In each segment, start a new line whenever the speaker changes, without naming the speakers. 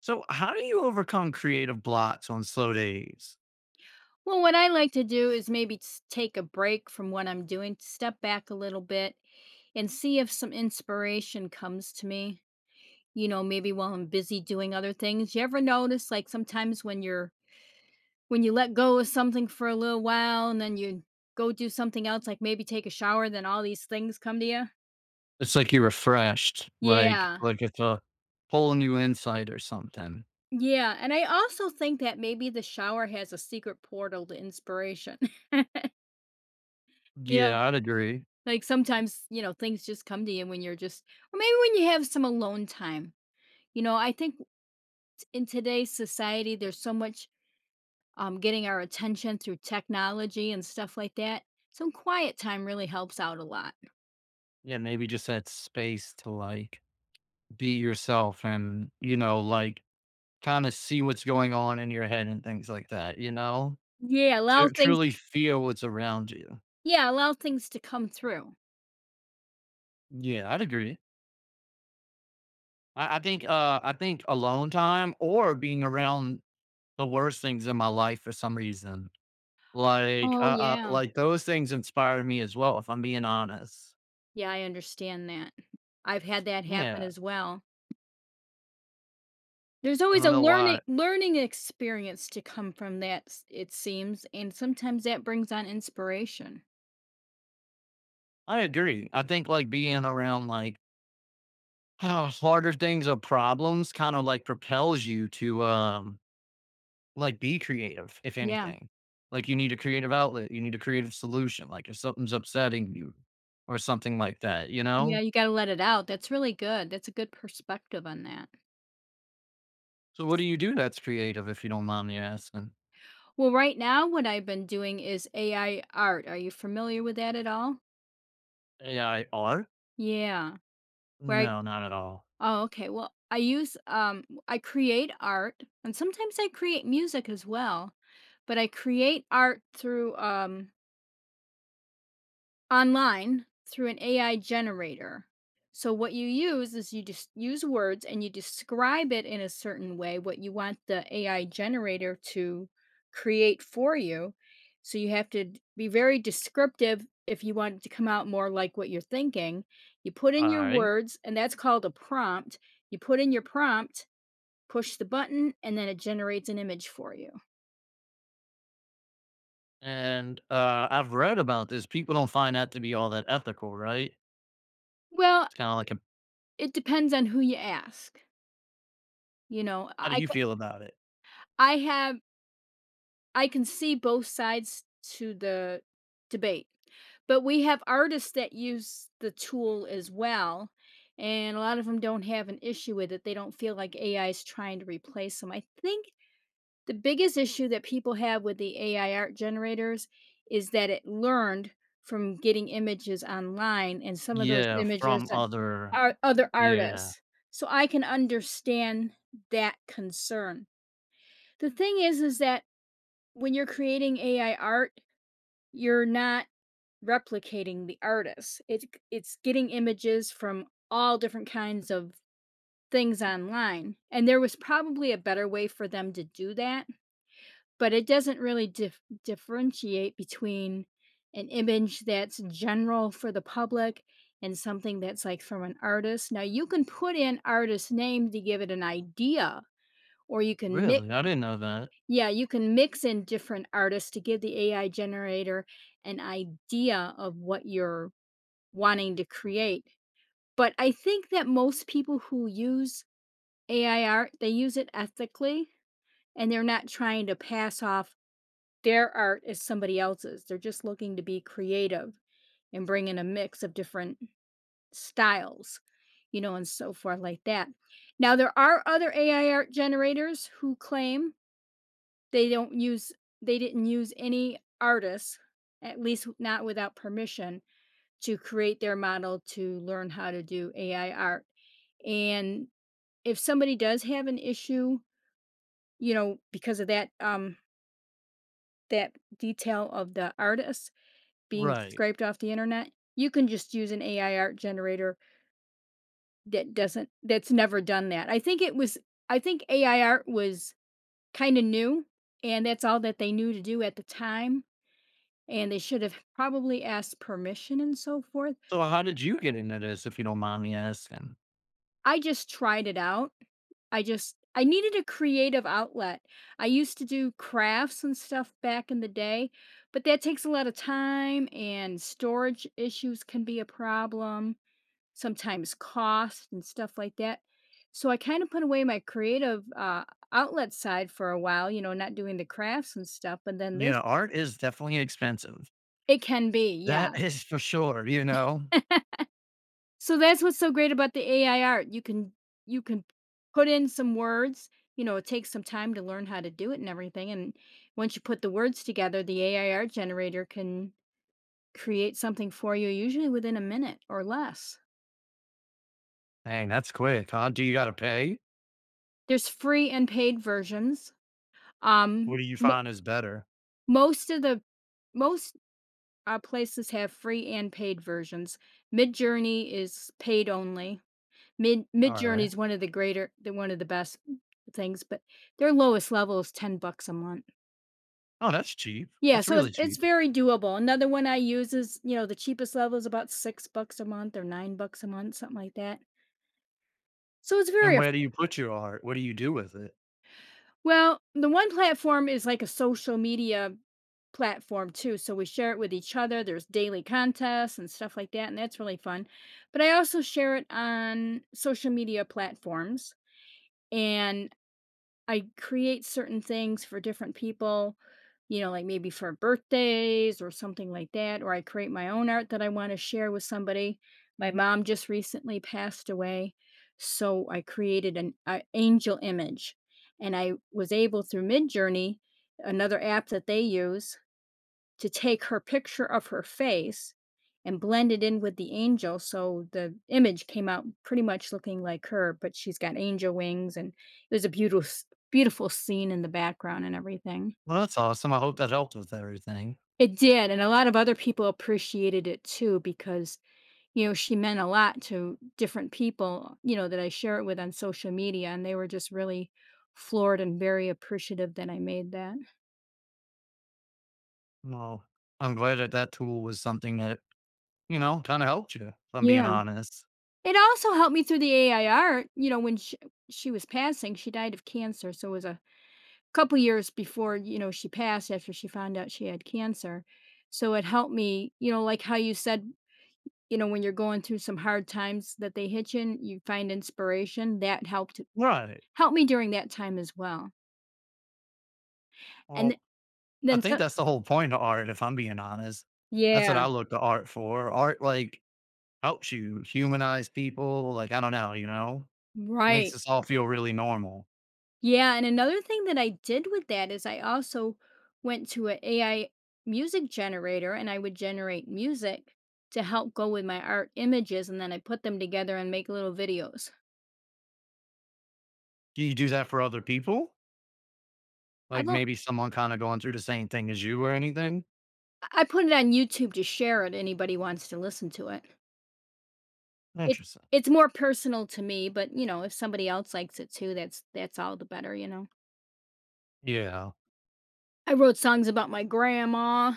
So, how do you overcome creative blocks on slow days?
Well, what I like to do is maybe take a break from what I'm doing, step back a little bit, and see if some inspiration comes to me. You know, maybe while I'm busy doing other things. You ever notice, like, sometimes when you're when you let go of something for a little while and then you go do something else, like maybe take a shower, then all these things come to you?
It's like you're refreshed, like
Yeah.
like it's a whole new insight or something.
Yeah. And I also think that maybe the shower has a secret portal to inspiration. You know,
Yeah, I'd agree.
like sometimes, you know, things just come to you when or maybe when you have some alone time. You know, I think in today's society, there's so much getting our attention through technology and stuff like that. Some quiet time really helps out a lot.
Yeah, maybe just that space to like be yourself and, you know, like kind of see what's going on in your head and things like that, you know.
Yeah, allow
Tru
things,
truly feel what's around you.
yeah, allow things to come through.
Yeah, I'd agree. I think, I think alone time or being around the worst things in my life for some reason.
Oh, yeah.
Like, those things inspire me as well, if I'm being honest.
Yeah, I understand that. I've had that happen
Yeah,
as well. There's
I
always
don't
a
know
learning
why.
learning experience to come from it seems, and sometimes that brings on inspiration.
I agree. I think, like, being around, like, how harder things or problems kinda, like, propels you to, like, be creative, if
Yeah.
anything. Like, you need a creative outlet, you need a creative solution, like, if something's upsetting you or something like that, you
Yeah,
know?
you gotta let it out. That's really good. That's a good perspective on that.
So what do you do that's creative, if you don't mind me asking?
Well, right now, what I've been doing is AI art. Are you familiar with that at all?
AI art?
Yeah. Where I
No, not at all.
oh, okay. Well, I use I create art and sometimes I create music as well, but I create art through online through an AI generator. So what you use is you just use words and you describe it in a certain way what you want the AI generator to create for you. So you have to be very descriptive if you want it to come out more like what you're thinking. You put in your
Alright.
words and that's called a prompt. You put in your prompt, push the button and then it generates an image for you.
And, I've read about this. People don't find that to be all that ethical, right?
Well,
It's kinda like a.
it depends on who you ask. You know,
How do you feel about it?
I have I can see both sides to the debate. But we have artists that use the tool as well, and a lot of them don't have an issue with it. They don't feel like AI is trying to replace them. I think the biggest issue that people have with the AI art generators is that it learned from getting images online, and some of those
Yeah, from
images a
other,
are other
yeah.
artists. So I can understand that concern. The thing is that when you're creating AI art, you're not replicating the artist. It's getting images from all different kinds of things online, and there was probably a better way for them to do that, but it doesn't really differentiate between an image that's general for the public and something that's, like, from an artist. Now you can put in artist name to give it an idea, or you can mix
Really? I didn't know that.
yeah, you can mix in different artists to give the AI generator an idea of what you're wanting to create. But I think that most people who use AI art, they use it ethically and they're not trying to pass off their art as somebody else's. They're just looking to be creative and bring in a mix of different styles, you know, and so forth like that. Now, there are other AI art generators who claim They don't use they didn't use any artists, at least not without permission, to create their model to learn how to do AI art. And if somebody does have an issue, you know, because of that that detail of the artist being
Right.
scraped off the internet, you can just use an AI art generator that doesn't that's never done that. I think AI art was kind of new and that's all that they knew to do at the time, and they should have probably asked permission and so forth.
So how did you get into this, if you don't mind me asking?
I just tried it out. I needed a creative outlet. I used to do crafts and stuff back in the day, but that takes a lot of time and storage issues can be a problem, sometimes cost and stuff like that. So I kind of put away my creative outlet side for a while, you know, not doing the crafts and stuff. But then this,
Yeah, art is definitely expensive.
it can be,
That
yeah.
is for sure, you know?
So that's what's so great about the AI art. You can put in some words. You know, it takes some time to learn how to do it and everything, and once you put the words together, the AI art generator can create something for you usually within a minute or less.
Dang, that's quick, huh? Do you gotta pay?
There's free and paid versions. Um
What do you
mo
find is better?
most of the most, places have free and paid versions. Midjourney is paid only. Midjourney
Alright.
is one of the greater the one of the best things, but their lowest level is 10 bucks a month.
Oh, that's cheap.
Yeah,
That's
so it's
really
it's
cheap.
very doable. Another one I use is, you know, the cheapest level is about 6 bucks a month or 9 bucks a month, something like that. So it's
And
very
where do
afford
you put your art? What do you do with it?
Well, the one platform is like a social media platform too, so we share it with each other. There's daily contests and stuff like that, and that's really fun. But I also share it on social media platforms, and I create certain things for different people, you know, like maybe for birthdays or something like that, or I create my own art that I want to share with somebody. My mom just recently passed away, so I created an a angel image, and I was able through Midjourney, another app that they use, to take her picture of her face and blend it in with the angel, so the image came out pretty much looking like her but she's got angel wings, and it was a beautiful scene in the background and everything.
Well, that's awesome. I hope that helped with everything.
It did, and a lot of other people appreciated it too, because you know she meant a lot to different people, you know, that I share it with on social media, and they were just really floored and very appreciative that I made that.
Well, I'm glad that that tool was something that, you know, kinda helped you, if I'm being
Yeah.
honest.
It also helped me through the AIR, you know, when she was passing. She died of cancer, so it was a couple years before, you know, she passed after she found out she had cancer. So it helped me, you know, like how you said, you know, when you're going through some hard times that they hit you and you find inspiration, that
Right.
helped me during that time as well. And th
Well, I
then
think
so
that's the whole point of art, if I'm being honest. That's what
yeah,
I look to art for. Art, like, helps you humanize people, like, I don't know, you know? Makes
right.
us all feel really normal.
Yeah, and another thing that I did with that is I also went to an AI music generator, and I would generate music to help go with my art images, and then I put them together and make little videos.
Do you do that for other people?
I
Like,
won't
maybe someone kinda going through the same thing as you or anything?
I put it on YouTube to share it anybody wants to listen to it. It
Interesting.
it's more personal to me, but you know, if somebody else likes it too, that's all the better, you know.
Yeah.
I wrote songs about my grandma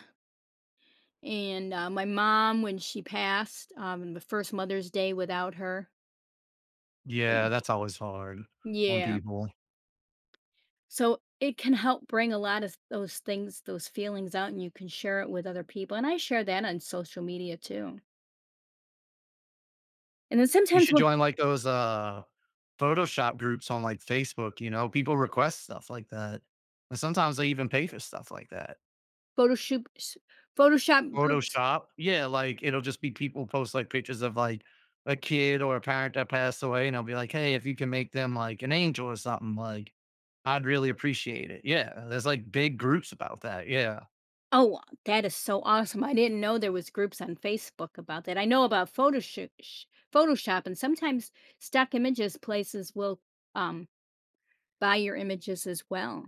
and my mom when she passed, the first Mother's Day without her.
Yeah, that's always hard on
Yeah.
people.
So it can help bring a lot of those things, those feelings out, and you can share it with other people. And I share that on social media too. And then
You
sometimes
should
when
join, like, those, uh, Photoshop groups on, like, Facebook, you know, people request stuff like that, and sometimes they even pay for stuff like that.
Photoshop, s- Photoshop groups,
Photoshop, yeah, like, it'll just be people post, like, pictures of, like, a kid or a parent that passed away, and I'll be like, "Hey, if you can make them, like, an angel or something, like, I'd really appreciate it." Yeah, there's, like, big groups about that, yeah.
oh, that is so awesome. I didn't know there was groups on Facebook about that. I know about Photoshop, and sometimes stock images places will um, buy your images as well.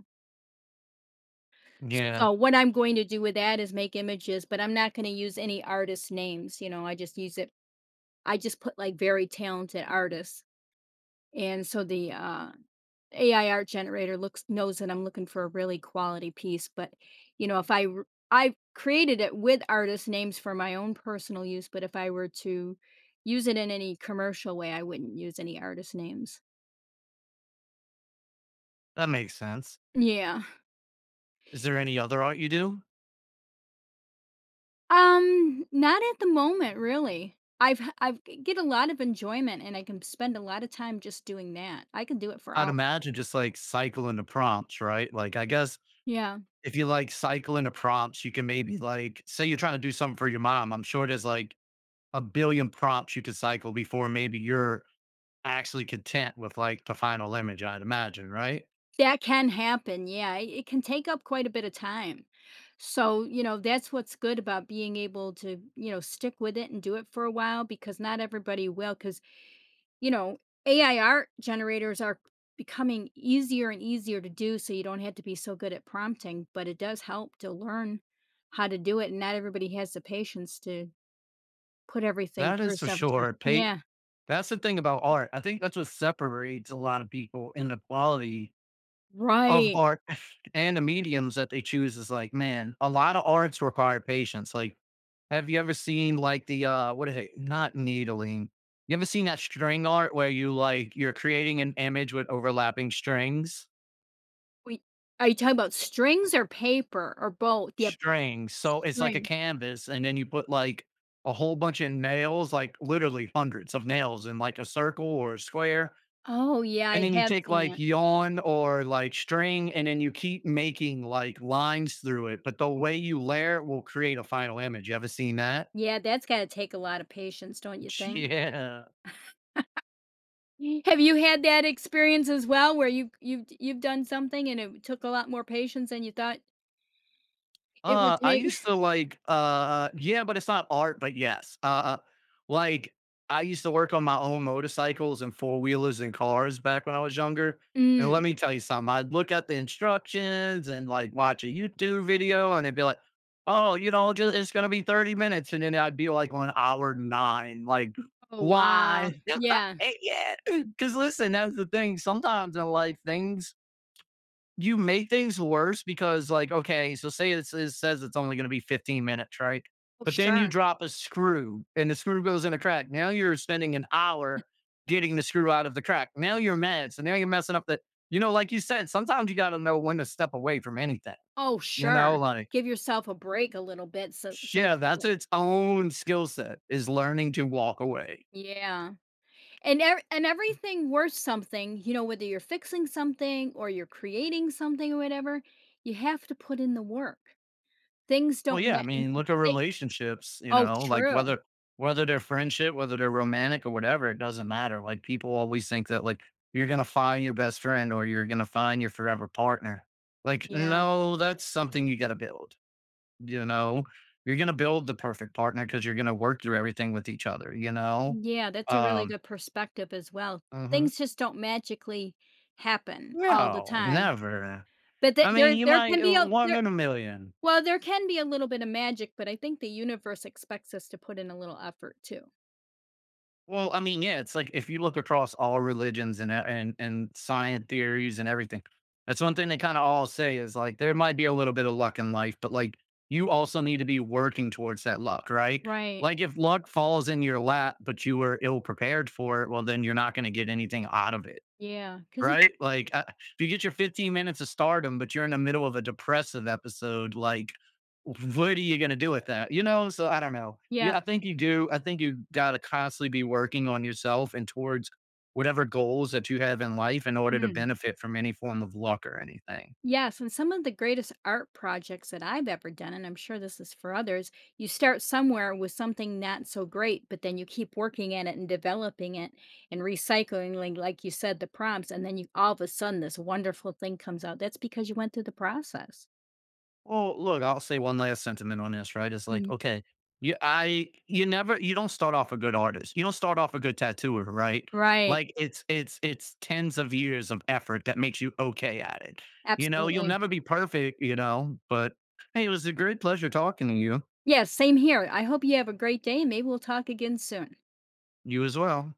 Yeah,
So what I'm going to do with that is make images, but I'm not going to use any artist names. You know, I just put like very talented artists. And so the AI art generator looks knows that I'm looking for a really quality piece. But you know, if I r- I created it with artist names for my own personal use, but if I were to use it in any commercial way, I wouldn't use any artist names.
that makes sense.
Yeah.
Is there any other art you do?
Not at the moment, really. I've h- I've g- get a lot of enjoyment, and I can spend a lot of time just doing that. I can do it for
I'd
out.
imagine just, like, cycling the prompts, right? Like, I guess
Yeah.
if you, like, cycle into prompts, you can maybe, like, say you're trying to do something for your mom, I'm sure there's, like, a billion prompts you could cycle before maybe you're actually content with, like, the final image, I'd imagine, right?
That can happen, yeah, it can take up quite a bit of time. So, you know, that's what's good about being able to, you know, stick with it and do it for a while, because not everybody will. Because you know, AI art generators are becoming easier and easier to do, so you don't have to be so good at prompting, but it does help to learn how to do it, and not everybody has the patience to put everything
That
through
is for
several times.
sure, Pate,
Yeah,
that's the thing about art, I think that's what separates a lot of people in the quality of
right.
art and the mediums that they choose is, like, man, a lot of arts require patience, like, have you ever seen like the what is it? Not needling. You ever seen that string art where you like you're creating an image with overlapping strings?
We are you talking about strings or paper or both? Yep,
Strings. So it's like a
string.
canvas and then you put like a whole bunch of nails, like literally hundreds of nails in like a circle or a square.
Oh, yeah,
And
I
then you
have
take
seen
like
that.
yarn or like string and then you keep making like lines through it. But the way you layer it will create a final image. You ever seen that?
Yeah, that's gotta take a lot of patience, don't you think?
Yeah.
Have you had that experience as well where you've done something and it took a lot more patience than you thought it would
I
take?
used to like, yeah, but it's not art, but yes. Like I used to work on my own motorcycles and four wheelers and cars back when I was younger. And let
Mm.
me tell you something, I'd look at the instructions and like watch a YouTube video and it'd be like, oh, you know, just, it's going to be 30 minutes. And then I'd be like on hour nine. Like,
Oh, wow.
why?
Yeah.
yeah. Because listen, that's the thing. Sometimes in life, things, you make things worse because like okay so say it's, it says it's only going to be 15 minutes right
Oh,
but then you
sure.
drop a screw and the screw goes in a crack now you're spending an hour getting the screw out of the crack now you're mad so now you're messing up the, you know like you said sometimes you got to know when to step away from anything,
Oh,
you know,
sure.
like
Give yourself a break a little bit so you
yeah
can
that's
get
its own skill set is learning to walk away.
yeah. And everything worth something, you know, whether you're fixing something or you're creating something or whatever, you have to put in the work. Things
Well,
don't
yeah,
ma
I mean, look at relationships, you
Oh,
know, like
true.
whether whether they're friendship, whether they're romantic or whatever, it doesn't matter. Like people always think that like you're gonna find your best friend or you're gonna find your forever partner. Like,
Yeah.
no, that's something you gotta build. You know, you're gonna build the perfect partner because you're gonna work through everything with each other, you know?
Yeah, that's a really
Um,
good perspective as well.
mhm.
Things just don't magically happen all the
No,
time.
never.
But th
I mean,
there
you
there
might
can be a
one
there
in a million.
well, there can be a little bit of magic, but I think the universe expects us to put in a little effort too.
Well, I mean, yeah, it's like if you look across all religions and and science theories and everything, that's one thing they kind of all say is like there might be a little bit of luck in life, but like you also need to be working towards that luck, right?
Right.
Like if luck falls in your lap, but you were ill prepared for it, well, then you're not going to get anything out of it.
Yeah. Because
Right? Like, if you get your 15 minutes of stardom, but you're in the middle of a depressive episode, like, what are you gonna do with that? You know? So, I don't know.
yeah.
Yeah, I think you gotta constantly be working on yourself and towards whatever goals that you have in life in order to
Hmm.
benefit from any form of luck or anything.
Yes, and some of the greatest art projects that I've ever done, and I'm sure this is for others, you start somewhere with something not so great, but then you keep working at it and developing it and recycling, like you said, the prompts, and then you all of a sudden this wonderful thing comes out. That's because you went through the process.
Well, look, I'll say one last sentiment on this, right? It's like,
Mhm.
okay, you never you don't start off a good artist. You don't start off a good tattooer, right?
Right.
Like it's tens of years of effort that makes you okay at it. You know, you'll
Absolutely.
never be perfect, you know, but hey, it was a great pleasure talking to you.
Yes, same here. I hope you have a great day. Maybe we'll talk again soon.
You as well.